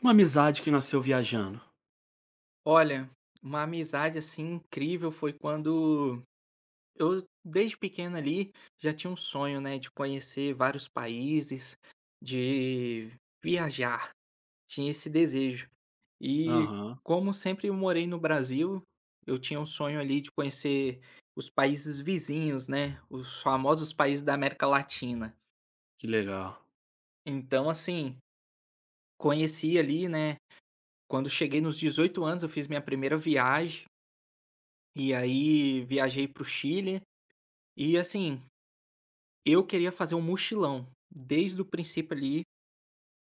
Uma amizade que nasceu viajando. Olha, uma amizade assim incrível foi quando eu, desde pequeno ali, já tinha um sonho, né, de conhecer vários países, de viajar, tinha esse desejo. E Aham, como sempre eu morei no Brasil, eu tinha um sonho ali de conhecer os países vizinhos, né, os famosos países da América Latina. que legal. Então, assim, conheci ali, né, quando cheguei nos 18 anos, eu fiz minha primeira viagem. E aí viajei para o Chile, e assim, eu queria fazer um mochilão. Desde o princípio ali,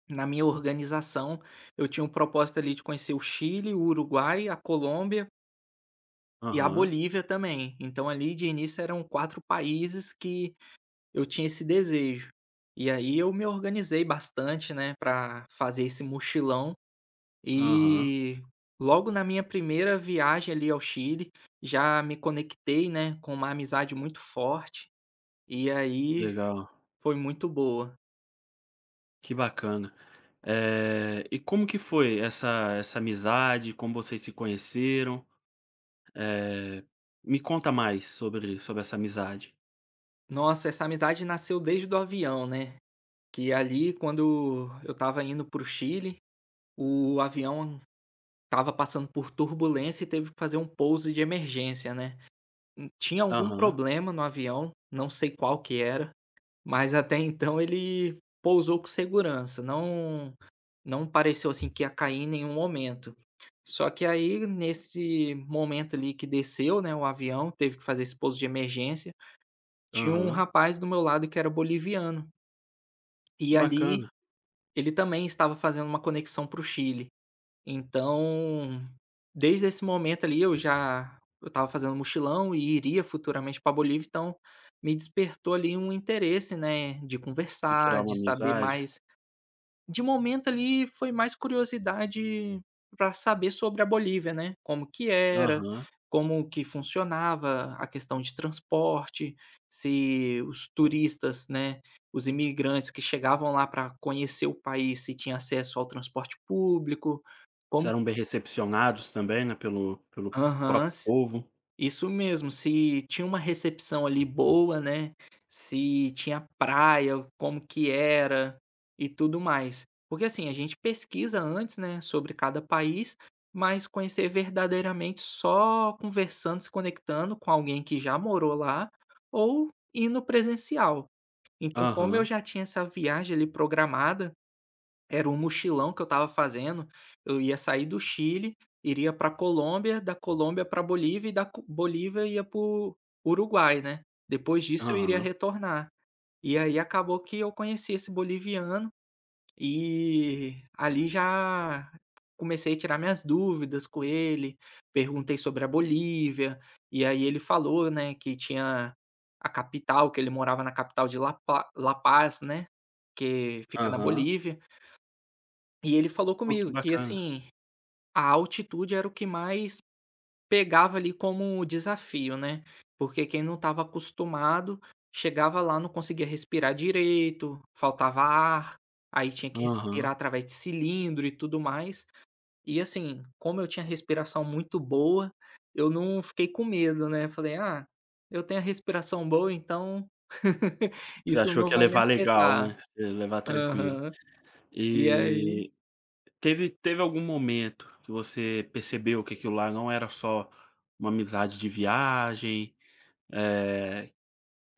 na minha organização, eu tinha um propósito ali de conhecer o Chile, o Uruguai, a Colômbia e a Aham, Bolívia também. Então ali de início eram 4 países que eu tinha esse desejo. E aí eu me organizei bastante, né, para fazer esse mochilão aham, e logo na minha primeira viagem ali ao Chile, já me conectei, né, com uma amizade muito forte e aí legal. foi muito boa. Que bacana. E como que foi essa amizade? Como vocês se conheceram? Eh, Me conta mais sobre essa amizade. Nossa, essa amizade nasceu desde do avião, né, que ali quando eu estava indo para o Chile, o avião estava passando por turbulência e teve que fazer um pouso de emergência, né. Tinha algum Aham, problema no avião, não sei qual que era, mas até então ele pousou com segurança, não pareceu, assim, que ia cair em nenhum momento. Só que aí nesse momento ali que desceu, né, o avião, teve que fazer esse pouso de emergência, tinha um aham, rapaz do meu lado que era boliviano. que E ali, bacana. ele também estava fazendo uma conexão para o Chile. Então, desde esse momento ali eu estava fazendo mochilão e iria futuramente para Bolívia, então me despertou ali um interesse, né, de De criar conversar, uma de saber amizade. mais de momento ali foi mais curiosidade para saber sobre a Bolívia, né, como que era, Aham. como que funcionava a questão de transporte, se os turistas, né, os imigrantes que chegavam lá para conhecer o país, se tinha acesso ao transporte público, Vocês como. eram bem recepcionados também, né, pelo Aham. próprio povo. Isso mesmo, se tinha uma recepção ali boa, né, se tinha praia, como que era e tudo mais. Porque, assim, a gente pesquisa antes, né, sobre cada país, mas conhecer verdadeiramente só conversando, se conectando com alguém que já morou lá ou indo presencial. Então, como eu Aham, já tinha essa viagem ali programada era um mochilão que eu estava fazendo, eu ia sair do Chile, iria pra Colômbia, da Colômbia pra Bolívia e da Co Bolívia ia para o Uruguai, né. Depois disso eu iria aham, retornar. E aí acabou que eu conheci esse boliviano, e ali já comecei a tirar minhas dúvidas com ele, perguntei sobre a Bolívia, e aí ele falou, né, que tinha a capital, que ele morava na capital de La Paz, né, que fica na aham. Bolívia. E ele falou Pô, que comigo que, bacana. assim, a altitude era o que mais pegava ali como desafio, né. Porque quem não estava acostumado, chegava lá, não conseguia respirar direito, faltava ar, aí tinha que respirar Aham. através de cilindro e tudo mais. E, assim, como eu tinha respiração muito boa, eu não fiquei com medo, né. Falei: "Ah, eu tenho a respiração boa, então Você isso achou não que ia vai me levar legal, afetar". né, você ia levar tranquilo. Aham. E aí. E teve algum momento que você percebeu que aquilo lá não era só uma amizade de viagem, eh,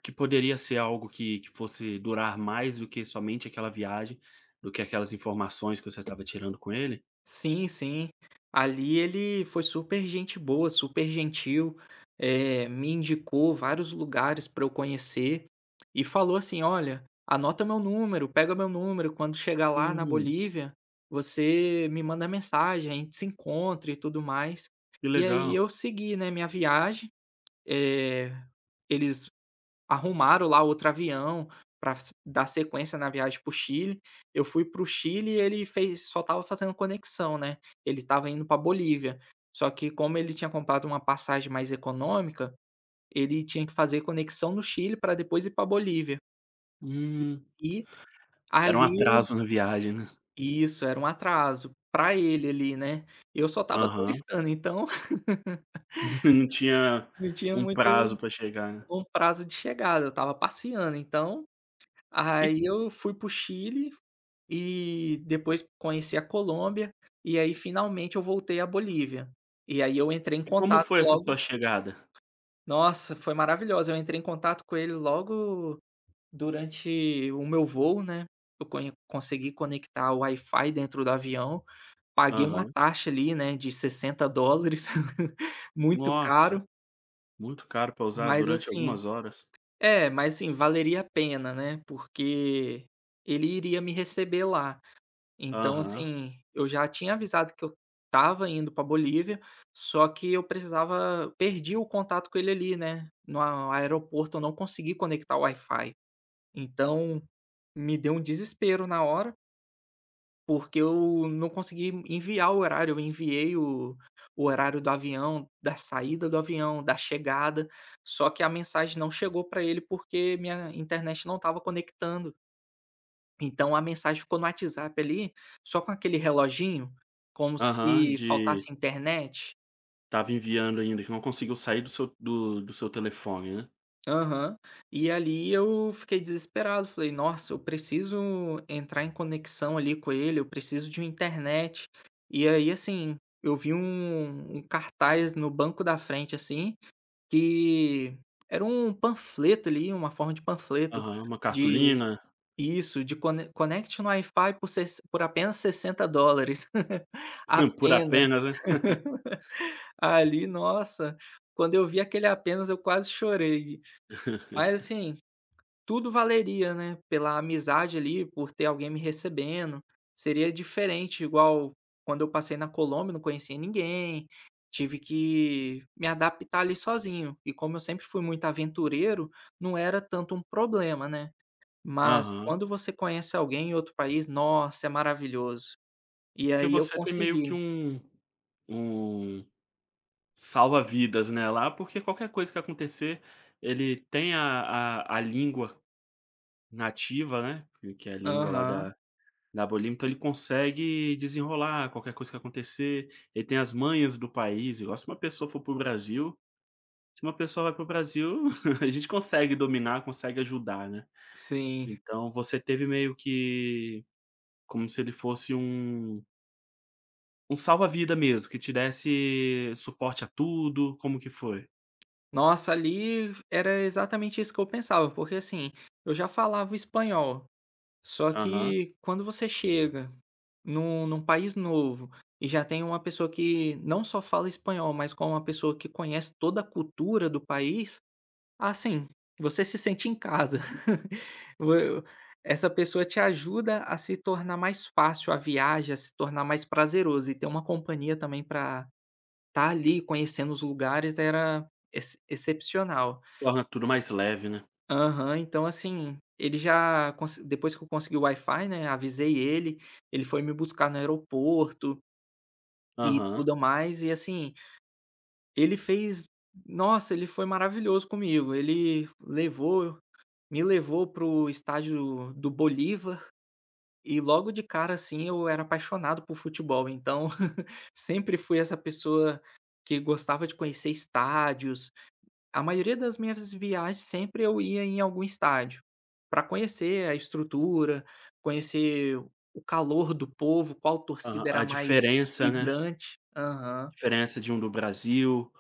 que poderia ser algo que fosse durar mais do que somente aquela viagem, do que aquelas informações que você estava tirando com ele? Sim, sim. Ali ele foi super gente boa, super gentil, me indicou vários lugares para eu conhecer e falou assim: "Olha, anota meu número, pega meu número, quando chegar lá na Hum, Bolívia, você me manda mensagem, a gente se encontra e tudo mais". que E aí legal. eu segui, né, minha viagem, eh, eles arrumaram lá outro avião para dar sequência na viagem para o Chile. Eu fui para o Chile e ele fez só estava fazendo conexão, né, ele estava indo pra Bolívia. Só que como ele tinha comprado uma passagem mais econômica, ele tinha que fazer conexão no Chile para depois ir pra Bolívia. Hum, E era um ali eu. atraso na viagem, né? Isso, era um atraso para ele ali, né. Eu só estava Aham. turistando, então Não tinha não tinha um muito prazo para chegar, né. um prazo de chegada, eu estava passeando, então. E Aí eu fui para o Chile e depois conheci a Colômbia, e aí finalmente eu voltei à Bolívia. E aí eu entrei em e como contato foi essa logo. sua chegada? Nossa, foi maravilhoso. Eu entrei em contato com ele logo durante o meu voo, né, eu conhe consegui conectar o Wi-Fi dentro do avião, paguei uma Aham. taxa ali, né, de $60, muito Nossa, caro, muito caro pra usar mas durante assim algumas horas. é, mas assim, valeria a pena, né, porque ele iria me receber lá. Então, Aham, assim, eu já tinha avisado que eu estava indo pra Bolívia, só que eu precisava perdi o contato com ele ali, né, no a aeroporto eu não consegui conectar o Wi-Fi. Então, me deu um desespero na hora, porque eu não consegui enviar o horário, eu enviei o horário do avião, da saída do avião, da chegada, só que a mensagem não chegou pra ele, porque minha internet não estava conectando. Então a mensagem ficou no WhatsApp ali, só com aquele reloginho, como aham, se de faltasse internet. tava enviando ainda, que não conseguiu sair do seu do seu telefone, né. Aham. E ali eu fiquei desesperado, falei: "Nossa, eu preciso entrar em conexão ali com ele, eu preciso de uma internet". E aí, assim, eu vi um cartaz no banco da frente, assim, que era um panfleto ali, uma forma de panfleto Aham, uma de. cartolina, Isso, de conecte no Wi-Fi por apenas $60. por Apenas. apenas, né. Ali, nossa, quando eu vi aquele apenas eu quase chorei. Mas assim, tudo valeria, né, pela amizade ali, por ter alguém me recebendo. Seria diferente, igual quando eu passei na Colômbia, não conhecia ninguém, tive que me adaptar ali sozinho. E como eu sempre fui muito aventureiro, não era tanto um problema, né. Mas Aham. quando você conhece alguém em outro país, nossa, é maravilhoso. E Porque aí eu você tem meio que consegui. um salva-vidas, né, lá, porque qualquer coisa que acontecer, ele tem a língua nativa, né, que é a língua lá Aham, da. Na Bolívia, então ele consegue desenrolar qualquer coisa que acontecer, ele tem as manhas do país, igual se uma pessoa for para o Brasil, se uma pessoa vai para o Brasil, a gente consegue dominar, consegue ajudar, né. sim. Então você teve meio que como se ele fosse um salva-vida mesmo, que te desse suporte a tudo, como que foi? Nossa, ali era exatamente isso que eu pensava, porque assim, eu já falava espanhol, só Aham. que quando você chega num país novo e já tem uma pessoa que não só fala espanhol, mas com uma pessoa que conhece toda a cultura do país, ah, sim, você se sente em casa. Vo essa pessoa te ajuda a se tornar mais fácil a viagem, a se tornar mais prazeroso e ter uma companhia também para estar ali conhecendo os lugares era ex excepcional. Torna tudo mais leve, né. Aham, então assim, ele já conse depois que eu consegui o Wi-Fi, né, avisei ele, ele foi me buscar no aeroporto e Aham, tudo mais e assim, ele fez. Nossa, ele foi maravilhoso comigo, ele levou Me levou pro estádio do Bolívar e logo de cara, assim, eu era apaixonado por futebol, então sempre fui essa pessoa que gostava de conhecer estádios. A maioria das minhas viagens sempre eu ia em algum estádio para conhecer a estrutura, conhecer o calor do povo, qual aham. torcida A era mais diferença, né. vibrante. Aham. Diferença de um do Brasil,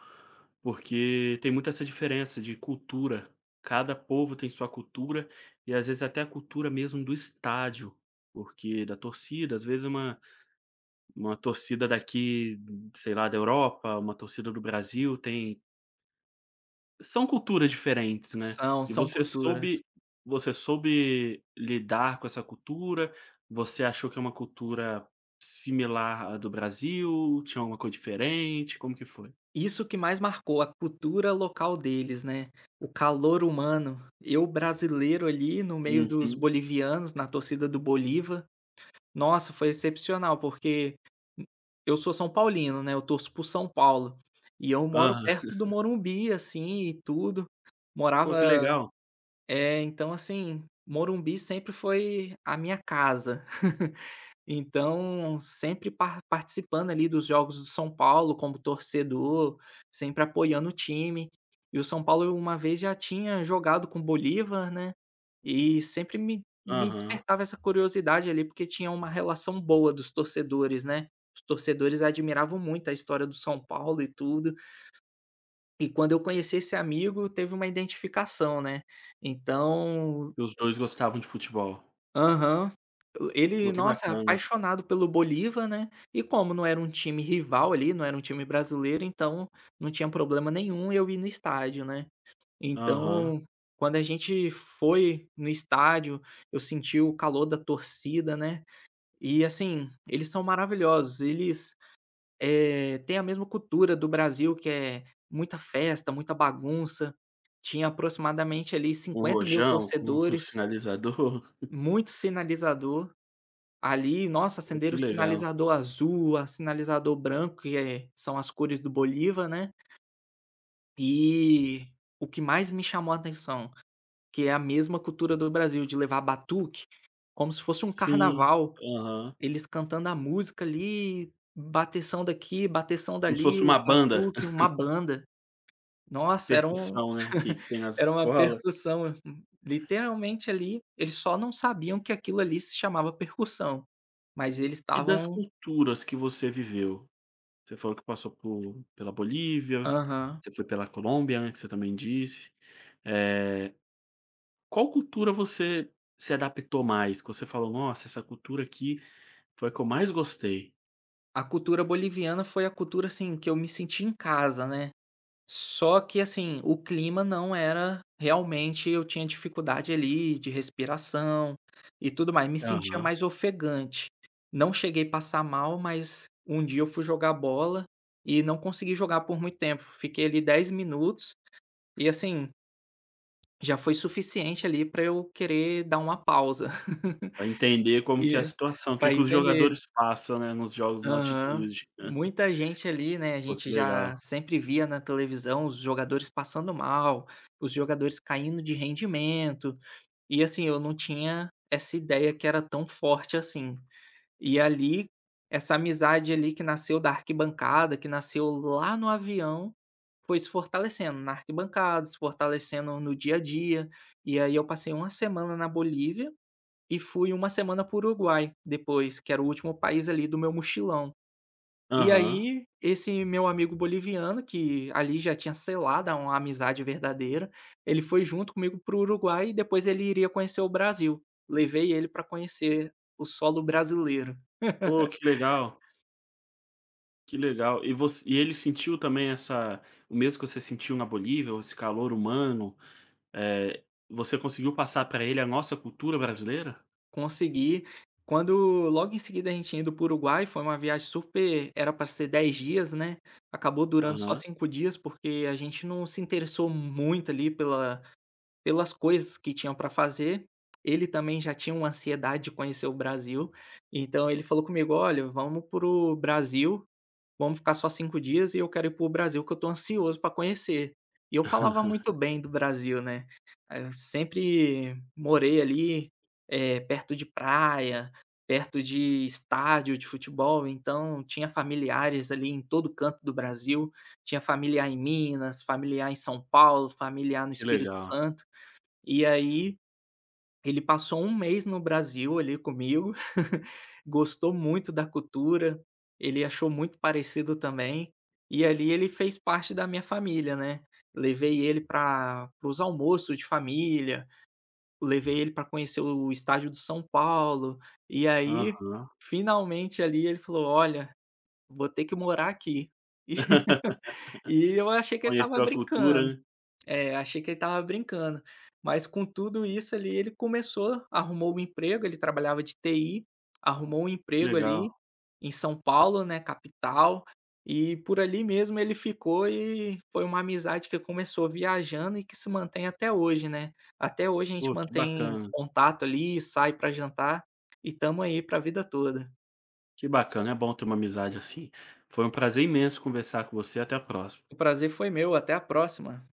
porque tem muito essa diferença de cultura. Cada povo tem sua cultura e às vezes até a cultura mesmo do estádio, porque da torcida, às vezes uma torcida daqui, sei lá, da Europa, uma torcida do Brasil tem são culturas diferentes, né. São, E são você soube culturas. você soube lidar com essa cultura? Você achou que é uma cultura similar à do Brasil? Tinha alguma coisa diferente? Como que foi? Isso que mais marcou a cultura local deles, né, o calor humano. Eu brasileiro ali no meio dos Uhum. bolivianos, na torcida do Bolívar. Nossa, foi excepcional, porque eu sou São Paulino, né, eu torço por São Paulo, e eu moro Aham. perto do Morumbi, assim, e tudo. Pô, Morava. que legal. É, então assim, Morumbi sempre foi a minha casa. Então, sempre participando ali dos jogos do São Paulo como torcedor, sempre apoiando o time. E o São Paulo uma vez já tinha jogado com o Bolívar, né, e sempre me Aham. despertava essa curiosidade ali, porque tinha uma relação boa dos torcedores, né. Os torcedores admiravam muito a história do São Paulo e tudo. E quando eu conheci esse amigo, teve uma identificação, né. Então. E os 2 gostavam de futebol. Aham. Ele, Pô, que nossa, é bacana. apaixonado pelo Bolívar, né, e como não era um time rival ali, não era um time brasileiro, então não tinha problema nenhum eu ir no estádio, né. Aham. Então, quando a gente foi no estádio, eu senti o calor da torcida, né, e assim, eles são maravilhosos, eles, têm a mesma cultura do Brasil, que é muita festa, muita bagunça. Tinha aproximadamente ali Um cinquenta mil rojão com o torcedores, sinalizador. muito sinalizador. Ali, nossa, Pô, acenderam que o legal. sinalizador azul, a sinalizador branco, que é são as cores do Bolívar, né. E o que mais me chamou a atenção, que é a mesma cultura do Brasil, de levar batuque, como se fosse um Sim. carnaval, Aham. eles cantando a música ali, bateção daqui, bateção Como se dali, fosse o uma banda, batuque, uma banda. Nossa, era um percussão, né, que tem nas era uma escolas. percussão, literalmente ali, eles só não sabiam que aquilo ali se chamava percussão, mas eles E das estavam. culturas que você viveu? Você falou que passou por pela Bolívia, Aham. você foi pela Colômbia, né, que você também disse. Eh, Qual cultura você se adaptou mais? Que você falou: "Nossa, essa cultura aqui." Foi a que eu mais gostei. A cultura boliviana foi a cultura, assim, que eu me senti em casa, né. Só que, assim, o clima não era realmente eu tinha dificuldade ali de respiração e tudo mais, me sentia Aham. mais ofegante. Não cheguei a passar mal, mas um dia eu fui jogar bola e não consegui jogar por muito tempo. Fiquei ali 10 minutos e, assim, já foi suficiente ali para eu querer dar uma pausa. Pra entender como que é a E situação, o que para que os entender. jogadores passam, né, nos jogos na Aham. altitude, né. Muita gente ali, né, a Pô, gente que legal. já sempre via na televisão os jogadores passando mal, os jogadores caindo de rendimento, e assim, eu não tinha essa ideia que era tão forte assim. E ali, essa amizade ali que nasceu da arquibancada, que nasceu lá no avião, foi se fortalecendo na arquibancada, se fortalecendo no dia a dia. E aí eu passei uma semana na Bolívia e fui uma semana para o Uruguai depois, que era o último país ali do meu mochilão. E Aham. aí, esse meu amigo boliviano, que ali já tinha selado uma amizade verdadeira, ele foi junto comigo para o Uruguai e depois ele iria conhecer o Brasil. Levei ele para conhecer o solo brasileiro. Pô, que legal, que legal. E voc e ele sentiu também essa o mesmo que você sentiu na Bolívia, esse calor humano, eh, você conseguiu passar pra ele a nossa cultura brasileira? Consegui. Quando logo em seguida a gente indo para o Uruguai, foi uma viagem super era para ser 10 dias, né, acabou durando só Aham. 5 dias, porque a gente não se interessou muito ali pelas coisas que tinham para fazer, ele também já tinha uma ansiedade de conhecer o Brasil, então ele falou comigo: "Olha, vamos para o Brasil, vamos ficar só 5 dias e eu quero ir para o Brasil que eu tô ansioso para conhecer". E eu falava muito bem do Brasil, né, eu sempre morei ali, perto de praia, perto de estádio de futebol, então tinha familiares ali em todo canto do Brasil, tinha familiar em Minas, familiar em São Paulo, familiar no Que Espírito legal. Santo. E aí ele passou um mês no Brasil ali comigo, gostou muito da cultura, ele achou muito parecido também, e ali ele fez parte da minha família, né. Levei ele pra para os almoços de família, levei ele para conhecer o estádio do São Paulo, e aí Aham. finalmente ali ele falou: "Olha, vou ter que morar aqui". E eu achei que ele estava Conheceu a cultura, brincando. né. É, achei que ele estava brincando. Mas com tudo isso ali, ele começou, arrumou um emprego, ele trabalhava de TI, arrumou um Que emprego legal. ali em São Paulo, né, capital, e por ali mesmo ele ficou e foi uma amizade que começou viajando e que se mantém até hoje, né. Até hoje a gente Pô, que mantém bacana. contato ali, sai para jantar e tamo aí para a vida toda. Que bacana, é bom ter uma amizade assim. Foi um prazer imenso conversar com você, até a próxima. O prazer foi meu, até a próxima.